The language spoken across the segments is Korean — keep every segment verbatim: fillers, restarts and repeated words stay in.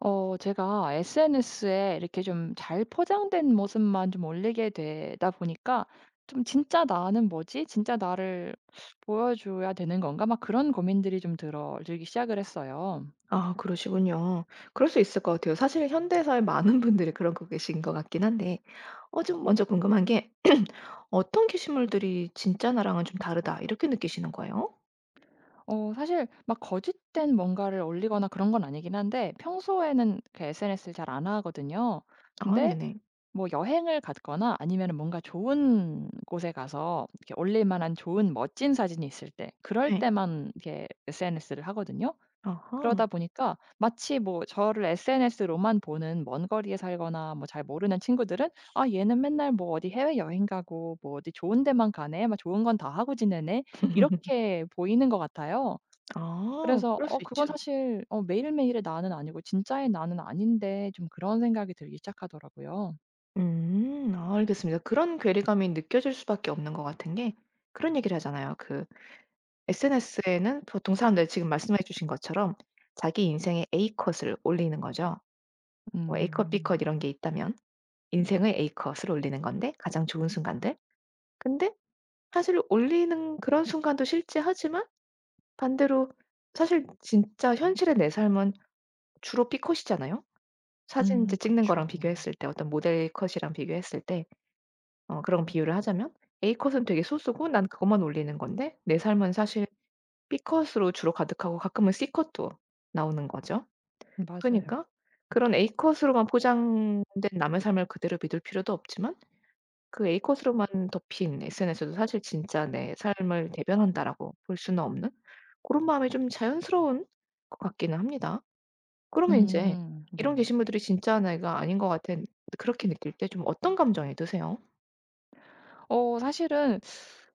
어 제가 에스엔에스에 이렇게 좀 잘 포장된 모습만 좀 올리게 되다 보니까 좀 '진짜 나는 뭐지? 진짜 나를 보여줘야 되는 건가?' 막 그런 고민들이 좀 들어 들기 시작을 했어요. 아 그러시군요. 그럴 수 있을 것 같아요. 사실 현대사의 많은 분들이 그러고 계신 것 같긴 한데 어 좀 먼저 궁금한 게 어떤 게시물들이 '진짜 나랑은 좀 다르다.' 이렇게 느끼시는 거예요? 어 사실 막 거짓된 뭔가를 올리거나 그런 건 아니긴 한데 평소에는 그 에스엔에스를 잘 안 하거든요. 아, 근데 네네. 뭐 여행을 갔거나 아니면은 뭔가 좋은 곳에 가서 이렇게 올릴 만한 좋은 멋진 사진이 있을 때 그럴 네. 때만 이렇게 에스엔에스를 하거든요. 아하. 그러다 보니까 마치 뭐 저를 에스엔에스로만 보는 먼 거리에 살거나 뭐 잘 모르는 친구들은 '아 얘는 맨날 뭐 어디 해외여행 가고 뭐 어디 좋은 데만 가네. 막 좋은 건 다 하고 지내네.' 이렇게 보이는 것 같아요. 아, 그래서 그럴 어 수 그건 있죠. 사실 어 매일매일의 나는 아니고 진짜의 나는 아닌데 좀 그런 생각이 들기 시작하더라고요. 음. 아, 알겠습니다. 그런 괴리감이 느껴질 수밖에 없는 것 같은 게, 그런 얘기를 하잖아요. 그 에스엔에스에는 보통 사람들이 지금 말씀해 주신 것처럼 자기 인생의 A컷을 올리는 거죠. 뭐 A컷 음. B컷 이런 게 있다면. 네. 인생의 A컷을 올리는 건데 가장 좋은 순간들. 근데 사실 올리는 그런 순간도 실제하지만, 반대로 사실 진짜 현실의 내 삶은 주로 B 컷이잖아요. 사진 음 이제 찍는 거랑 그쵸. 비교했을 때, 어떤 모델 컷이랑 비교했을 때 어 그런 비유를 하자면 A 컷은 되게 소수고 난 그것만 올리는 건데, 내 삶은 사실 B 컷으로 주로 가득하고 가끔은 C 컷도 나오는 거죠. 맞아요. 그러니까 그런 A 컷으로만 포장된 남의 삶을 그대로 믿을 필요도 없지만, 그 A 컷으로만 덮인 에스엔에스도 사실 진짜 내 삶을 대변한다라고 볼 수는 없는, 그런 마음이 좀 자연스러운 것 같기는 합니다. 그러면 인제 음 이런 네네. 게시물들이 진짜 내가 아닌 것 같은, 그렇게 느낄 때 좀 어떤 감정이 드세요? 어 사실은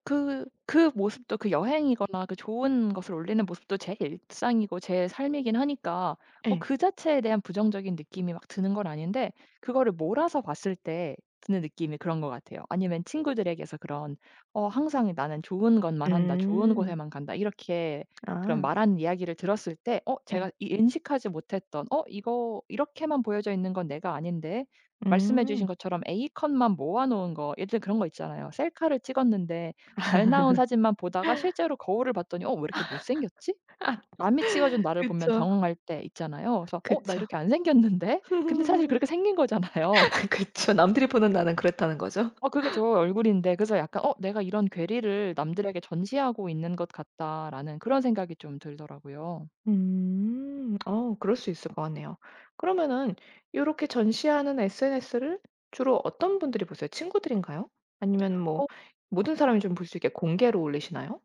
그 그 모습도 그 여행이거나 그 좋은 것을 올리는 모습도 제 일상이고 제 삶이긴 하니까 뭐 예. 그 자체에 대한 부정적인 느낌이 막 드는 건 아닌데 그거를 몰아서 봤을 때 드는 느낌이 그런 것 같아요. 아니면 친구들에게서 그런 "어 항상 나는 좋은 것만 한다. 좋은 음. 곳에만 간다." 이렇게 그런 아. 말하는 이야기를 들었을 때 어 예. 제가 이 인식하지 못했던 '어 이거 이렇게만 보여져 있는 건 내가 아닌데.' 말씀해 주신 음. 것처럼 A컷만 모아 놓은 거 예를 들 그런 거 있잖아요. 셀카를 찍었는데 잘 나온 사진만 보다가 실제로 거울을 봤더니 '어 왜 이렇게 못생겼지?' 아. 남이 찍어준 나를 보면 그쵸. 당황할 때 있잖아요. 그래서 '어 나 그쵸. 이렇게 안 생겼는데?' 근데 사실 그렇게 생긴 거잖아요. 그쵸. 남들이 보는 나는 그렇다는 거죠. 어 그게 저 얼굴인데 그래서 약간 '어 내가 이런 괴리를 남들에게 전시하고 있는 것 같다.'라는 그런 생각이 좀 들더라고요. 음. 어 그럴 수 있을 것 같네요. 그러면은 이렇게 전시하는 에스엔에스를 주로 어떤 분들이 보세요? 친구들인가요? 아니면 뭐 어 모든 사람이 좀 볼 수 있게 공개로 올리시나요?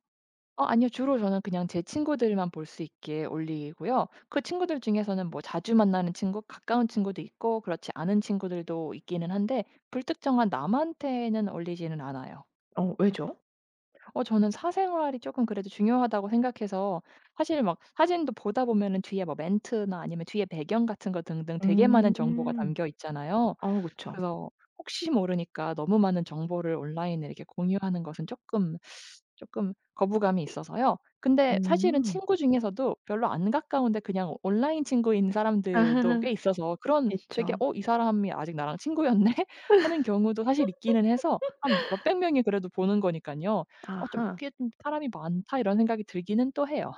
어 아니요. 주로 저는 그냥 제 친구들만 볼 수 있게 올리고요. 그 친구들 중에서는 뭐 자주 만나는 친구, 가까운 친구도 있고 그렇지 않은 친구들도 있기는 한데 불특정한 남한테는 올리지는 않아요. 어 왜죠? 어 저는 사생활이 쪼끔 그래도 중요하다고 생각해서 사실 막 사진도 보다 보면은 뒤에 뭐 멘트나 아니면 뒤에 배경 같은 거 등등 되게 많은 정보가 음. 담겨 있잖아요. 어 그쵸. 그래서 혹시 모르니까 너무 많은 정보를 온라인에 이렇게 공유하는 것은 조금 조금 거부감이 있어서요. 근데 사실은 음. 친구 중에서도 별로 안 가까운데 그냥 온라인 친구인 사람들도 꽤 있어서 그런 되게 있죠. '어 이 사람이 아직 나랑 친구였네?' 하는 경우도 사실 있기는 해서 한 몇백 명이 그래도 보는 거니까요. 어 좀 아하. '꽤 좀 사람이 많다.' 이런 생각이 들기는 또 해요.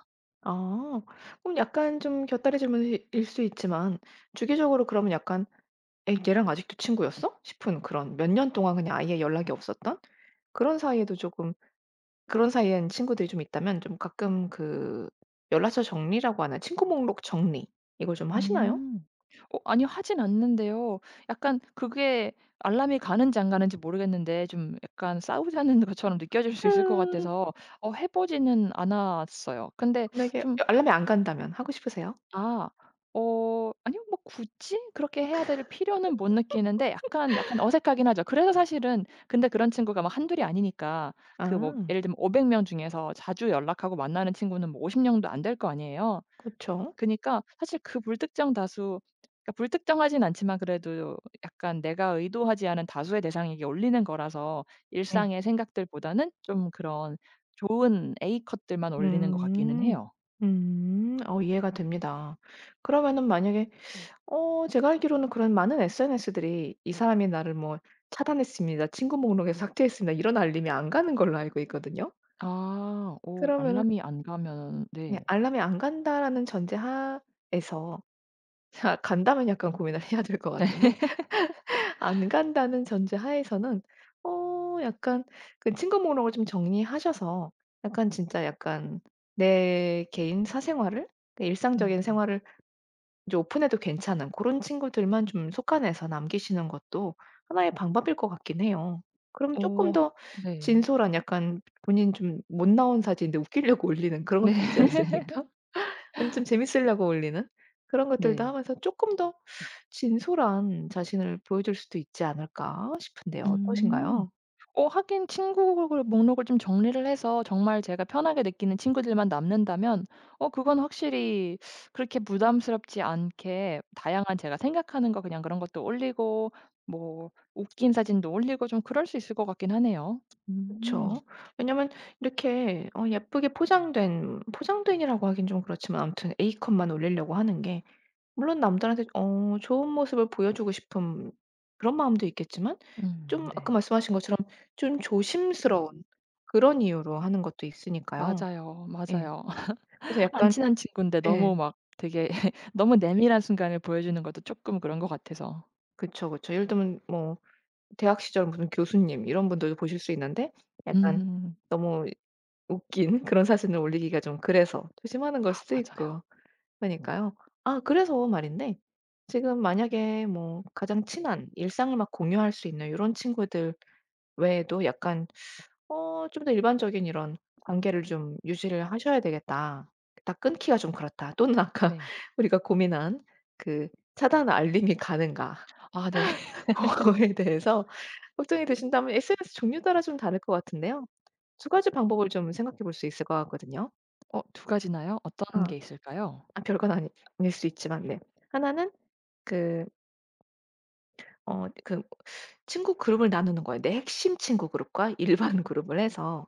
어. 그럼 약간 좀 곁다리 질문일 수 있지만, 주기적으로 그러면 약간 '에이 얘랑 아직도 친구였어?' 싶은 그런 몇 년 동안 그냥 아예 연락이 없었던 그런 사이에도 조금, 그런 사이엔 친구들이 좀 있다면 좀 가끔 그 연락처 정리라고 하나요? 친구 목록 정리 이걸 좀 하시나요? 음. 어 아니요. 하진 않는데요. 약간 그게 알람이 가는지 안 가는지 모르겠는데 좀 약간 싸우자는 것처럼 느껴질 수 있을 것 음. 같아서 어 해 보지는 않았어요. 근데 만약에 좀 알람이 안 간다면 하고 싶으세요? 아 어 아니요. 뭐 굳이 그렇게 해야 될 필요는 못 느끼는데 약간, 약간 어색하긴 하죠. 그래서 사실은 근데 그런 친구가 막 한둘이 아니니까 그 뭐 아. 예를 들면 오백 명 중에서 자주 연락하고 만나는 친구는 뭐 오십 명도 안 될 거 아니에요. 그쵸. 죠. 그니까 사실 그 불특정 다수 그러니까 불특정하진 않지만 그래도 약간 내가 의도하지 않은 다수의 대상에게 올리는 거라서 일상의 생각들보다는 좀 그런 좋은 A 컷들만 올리는 것 같기는 음. 해요. 음. 어 이해가 됩니다. 그러면은 만약에 어 제가 알기로는 그런 많은 에스엔에스들이 "이 사람이 나를 뭐 차단했습니다. 친구 목록에서 삭제했습니다." 이런 알림이 안 가는 걸로 알고 있거든요. 아. 오 그러면은 알람이 안 가면 네 네. 알람이 안 간다라는 전제 하에서, 자 간다면 약간 고민을 해야 될 것 같은데, 네. 안 간다는 전제 하에서는 어 약간 그 친구 목록을 좀 정리하셔서 약간 진짜 약간 내 개인 사생활을, 그 일상적인 음음. 생활을 이제 오픈해도 괜찮은 그런 친구들만 좀 속한해서 남기시는 것도 하나의 방법일 것 같긴 해요. 그럼 조금 어. 더 네. 진솔한, 약간 본인 좀 못 나온 사진인데 웃기려고 올리는 그런 네. 것들 있지 않습니까? 아니면 좀 재밌으려고 올리는 그런 것들도 네. 하면서 조금 더 진솔한 자신을 보여줄 수도 있지 않을까 싶은데요. 음. 어떠신가요? 어 하긴 친구를 목록을 좀 정리를 해서 정말 제가 편하게 느끼는 친구들만 남는다면 어 그건 확실히 그렇게 부담스럽지 않게 다양한 제가 생각하는 거 그냥 그런 것도 올리고 뭐 웃긴 사진도 올리고 좀 그럴 수 있을 것 같긴 하네요. 음. 그쵸. 왜냐면 이렇게 어 예쁘게 포장된 포장된이라고 하긴 좀 그렇지만 아무튼 A 컷만 올리려고 하는 게, 물론 남들한테 어 좋은 모습을 보여주고 싶은 그런 마음도 있겠지만, 음 좀 아까 네. 말씀하신 것처럼 좀 조심스러운 그런 이유로 하는 것도 있으니까요. 맞아요, 예. 맞아요. 그래서 안 약간, 친한 친구인데 예. 너무 막 되게 너무 내밀한 순간을 보여주는 것도 조금 그런 것 같아서. 그쵸, 그쵸. 예를 들면 뭐 대학 시절 무슨 교수님 이런 분들도 보실 수 있는데 약간 음. 너무 웃긴 그런 사진을 올리기가 좀 그래서 조심하는 걸 아 수도 있고. 맞아요. 그러니까요. 아 그래서 말인데, 지금 만약에 뭐 가장 친한, 일상을 막 공유할 수 있는 요런 친구들 외에도 약간 어 좀 더 일반적인 이런 관계를 좀 유지를 하셔야 되겠다. '딱 끊기가 좀 그렇다.' 또는 아까 네. 우리가 고민한 그 '차단 알림이 가는가.' 아 네. 고거에 대해서 걱정이 되신다면, 에스엔에스 종류 따라 좀 다를 것 같은데요. 두 가지 방법을 좀 생각해 볼 수 있을 것 같거든요. 어 두 가지나요? 어떤 아, 게 있을까요? 아 별건 아니 아닐 수 있지만 네. 하나는 그 어 그 친구 그룹을 나누는 거예요. 내 핵심 친구 그룹과 일반 그룹을 해서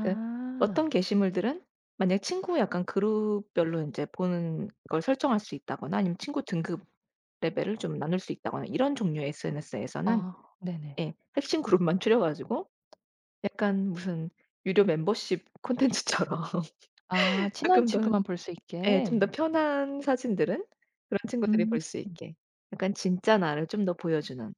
그 어떤 게시물들은, 만약에 친구 약간 그룹별로 인제 보는 걸 설정할 수 있다거나 아니면 친구 등급 레벨을 좀 나눌 수 있다거나 이런 종류의 에스엔에스에서는, 어, 네네. 예 핵심 그룹만 추려 가지고 약간 무슨 유료 멤버십 콘텐츠처럼 아 친한 조금 더, 친구만 볼 수 예. 좀 더 있게. 편한 사진들은 그런 친구들이 음. 볼 수 있게, 약간 진짜 나를 좀 더 보여주는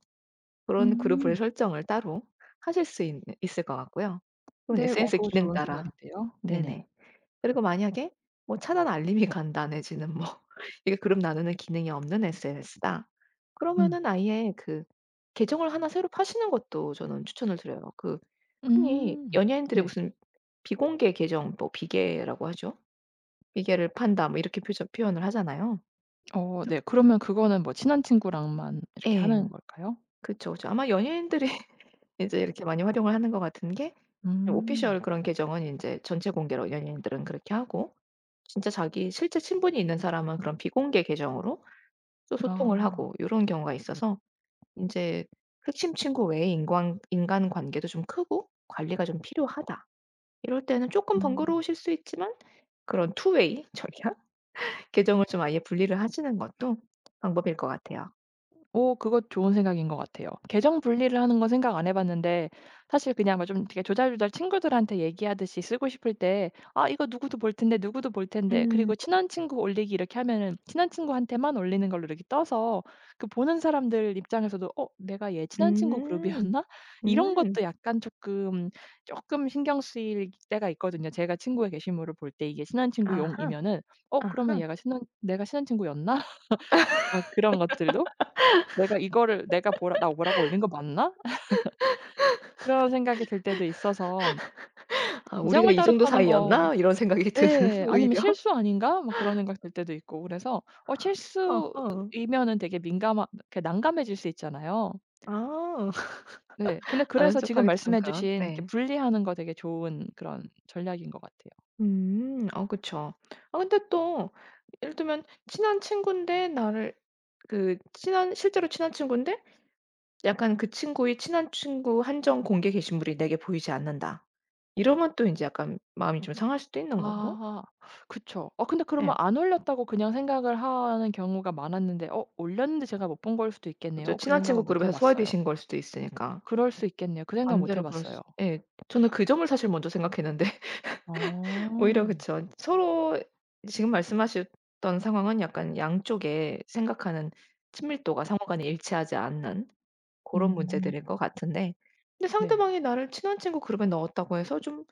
그런 그룹을 음. 설정을 따로 하실 수 있 있을 것 같고요. 그건 네. 어 에스엔에스 그거 기능 좋은 따라. 생각인데요. 네네. 네네. 그리고 만약에 뭐 차단 알림이 간다 내지는 뭐 이게 그룹 나누는 기능이 없는 에스엔에스다. 음. 그러면은 아예 그 계정을 하나 새로 파시는 것도 저는 추천을 드려요. 그, 흔히 음. 연예인들의 네. 무슨 비공개 계정 뭐 비계라고 하죠. 이계를 판다." 뭐 이렇게 표저 표현을 하잖아요. 어 그죠. 네. 그러면 그거는 뭐 친한 친구랑만 이렇게 예. 하는 걸까요? 그쵸, 그쵸. 아마 연예인들이 이제 이렇게 많이 활용을 하는 것 같은 게, 음. 오피셜 그런 계정은 인제 전체 공개로 연예인들은 그렇게 하고, 진짜 자기 실제 친분이 있는 사람은 그런 비공개 계정으로 또 소통을 아. 하고 요런 경우가 있어서 인제 '핵심 친구 외에 인광 인간관계도 좀 크고 관리가 좀 필요하다.' 이럴 때는 쪼끔 음. 번거로우실 수 있지만 그런 투 웨이 전략 계정을 좀 아예 분리를 하시는 것도 방법일 것 같아요. 오 그거 좋은 생각인 것 같아요. 계정 분리를 하는 건 생각 안 해 봤는데 사실 그냥 뭐좀 이렇게 조잘조잘 친구들한테 얘기하듯이 쓰고 싶을 때 '아 이거 누구도 볼 텐데, 누구도 볼 텐데.' 음. 그리고 친한 친구 올리기 이렇게 하면은 친한 친구한테만 올리는 걸로 이렇게 떠서 그 보는 사람들 입장에서도 '어 내가 얘 친한 친구 음. 그룹이었나?' 이런 음. 것도 약간 조금 조금 신경 쓰일 때가 있거든요. 제가 친구의 게시물을 볼 때 이게 친한 친구 아하. 용이면은 '어 그러면 아하. 얘가 친한 내가 친한 친구였나?' 막 그런 것들도 '내가 이거를 내가 뭐라 나 뭐라고 올린 거 맞나?' 이런 생각이 들 때도 있어서 '아 우리가 계정을 이 따로 정도 파는 거 사이였나?' 이런 생각이 드는, 예. 아니면 오히려. '실수 아닌가?' 막 그런 생각 들 때도 있고 그래서 어 어허. 실수이면은 되게 민감하 이렇게 난감해질 수 있잖아요. 아. 네. 근데 아는 그래서 지금 척하기도 좀 말씀해 그런. 주신 이렇게 네. 분리하는 거 되게 좋은 그런 전략인 것 같아요. 음. 어 그쵸. 아 근데 또 예를 들면 친한 친군데 나를, 그 친한 실제로 친한 친군데 약간 그 친구의 친한 친구 한정 공개 게시물이 내게 보이지 않는다. 이러면 또 인제 약간 마음이 좀 상할 수도 있는 거고. 아. 그쵸. 어 근데 예. 그러면 안 올렸다고 그냥 생각을 하는 경우가 많았는데 어 올렸는데 제가 못 본 걸 수도 있겠네요. 그죠. 어 그 친한 생각은 친구 못 해 그룹에서 봤어요. 소외되신 걸 수도 있으니까. 그럴 수 있겠네요. 그 생각 못 해 반대로 그럴 봤어요. 수, 예. 저는 그 점을 사실 먼저 생각했는데 오히려 어. 그쵸. 서로 지금 말씀하셨던 상황은 약간 양쪽의 생각하는 친밀도가 상호간에 일치하지 않는 고런 음. 문제들일 것 같은데, 근데 네. 상대방이 나를 친한 친구 그룹에 넣었다고 해서 좀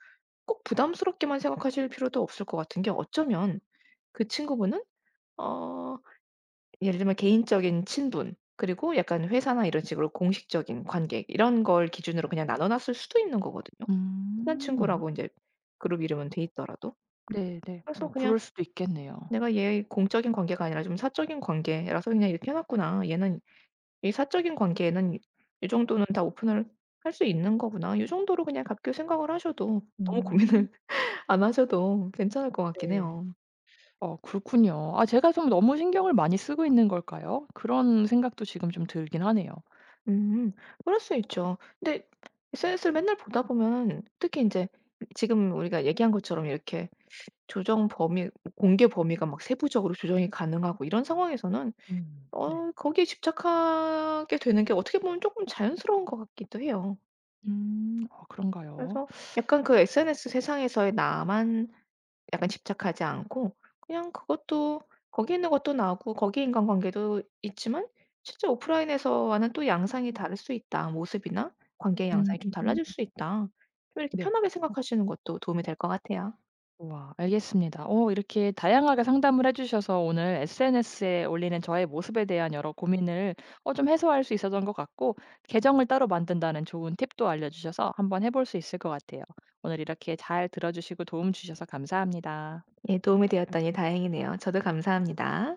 꼭 부담스럽게만 생각하실 필요도 없을 것 같은 게, 어쩌면 그 친구분은 어 예를 들면 개인적인 친분, 그리고 약간 회사나 이런 식으로 공식적인 관계 이런 걸 기준으로 그냥 나눠 놨을 수도 있는 거거든요. 친한 음. 친구라고 인제 그룹 이름은 돼 있더라도. 네네. 그래서 뭐 그냥 그럴 수도 있겠네요. '내가 얘 공적인 관계가 아니라 좀 사적인 관계라서 그냥 이렇게 해 놨구나. 얘는 이 사적인 관계에는 이 정도는 다 오픈을 할 수 있는 거구나.' 요 정도로 그냥 가볍게 생각을 하셔도 너무 음. 고민을 안 하셔도 괜찮을 것 같긴 네. 해요. 어 그렇군요. 아 제가 좀 너무 신경을 많이 쓰고 있는 걸까요? 그런 생각도 지금 좀 들긴 하네요. 음. 그럴 수 있죠. 근데 에스엔에스를 맨날 보다 보면, 특히 이제 지금 우리가 얘기한 것처럼 이렇게 조정 범위 공개 범위가 막 세부적으로 조정이 가능하고 이런 상황에서는 음. 네. 어 거기에 집착하게 되는 게 어떻게 보면 조금 자연스러운 것 같기도 해요. 음. 아 그런가요? 그래서 약간 그 에스엔에스 세상에서의 나만 약간 집착하지 않고, 그냥 그것도, 거기 있는 것도 나고 거기에 인간관계도 있지만 실제 오프라인에서와는 또 양상이 다를 수 있다. 모습이나 관계의 음. 양상이 좀 달라질 수 있다. 좀 이렇게 네. 편하게 생각하시는 것도 도움이 될 것 같아요. 와, 알겠습니다. 어, 이렇게 다양하게 상담을 해주셔서 오늘 SNS에 올리는 저의 모습에 대한 여러 고민을 어, 좀 해소할 수 있었던 것 같고, 계정을 따로 만든다는 좋은 팁도 알려주셔서 한번 해볼 수 있을 것 같아요. 오늘 이렇게 잘 들어주시고 도움 주셔서 감사합니다. 예 도움이 되었다니 다행이네요. 저도 감사합니다.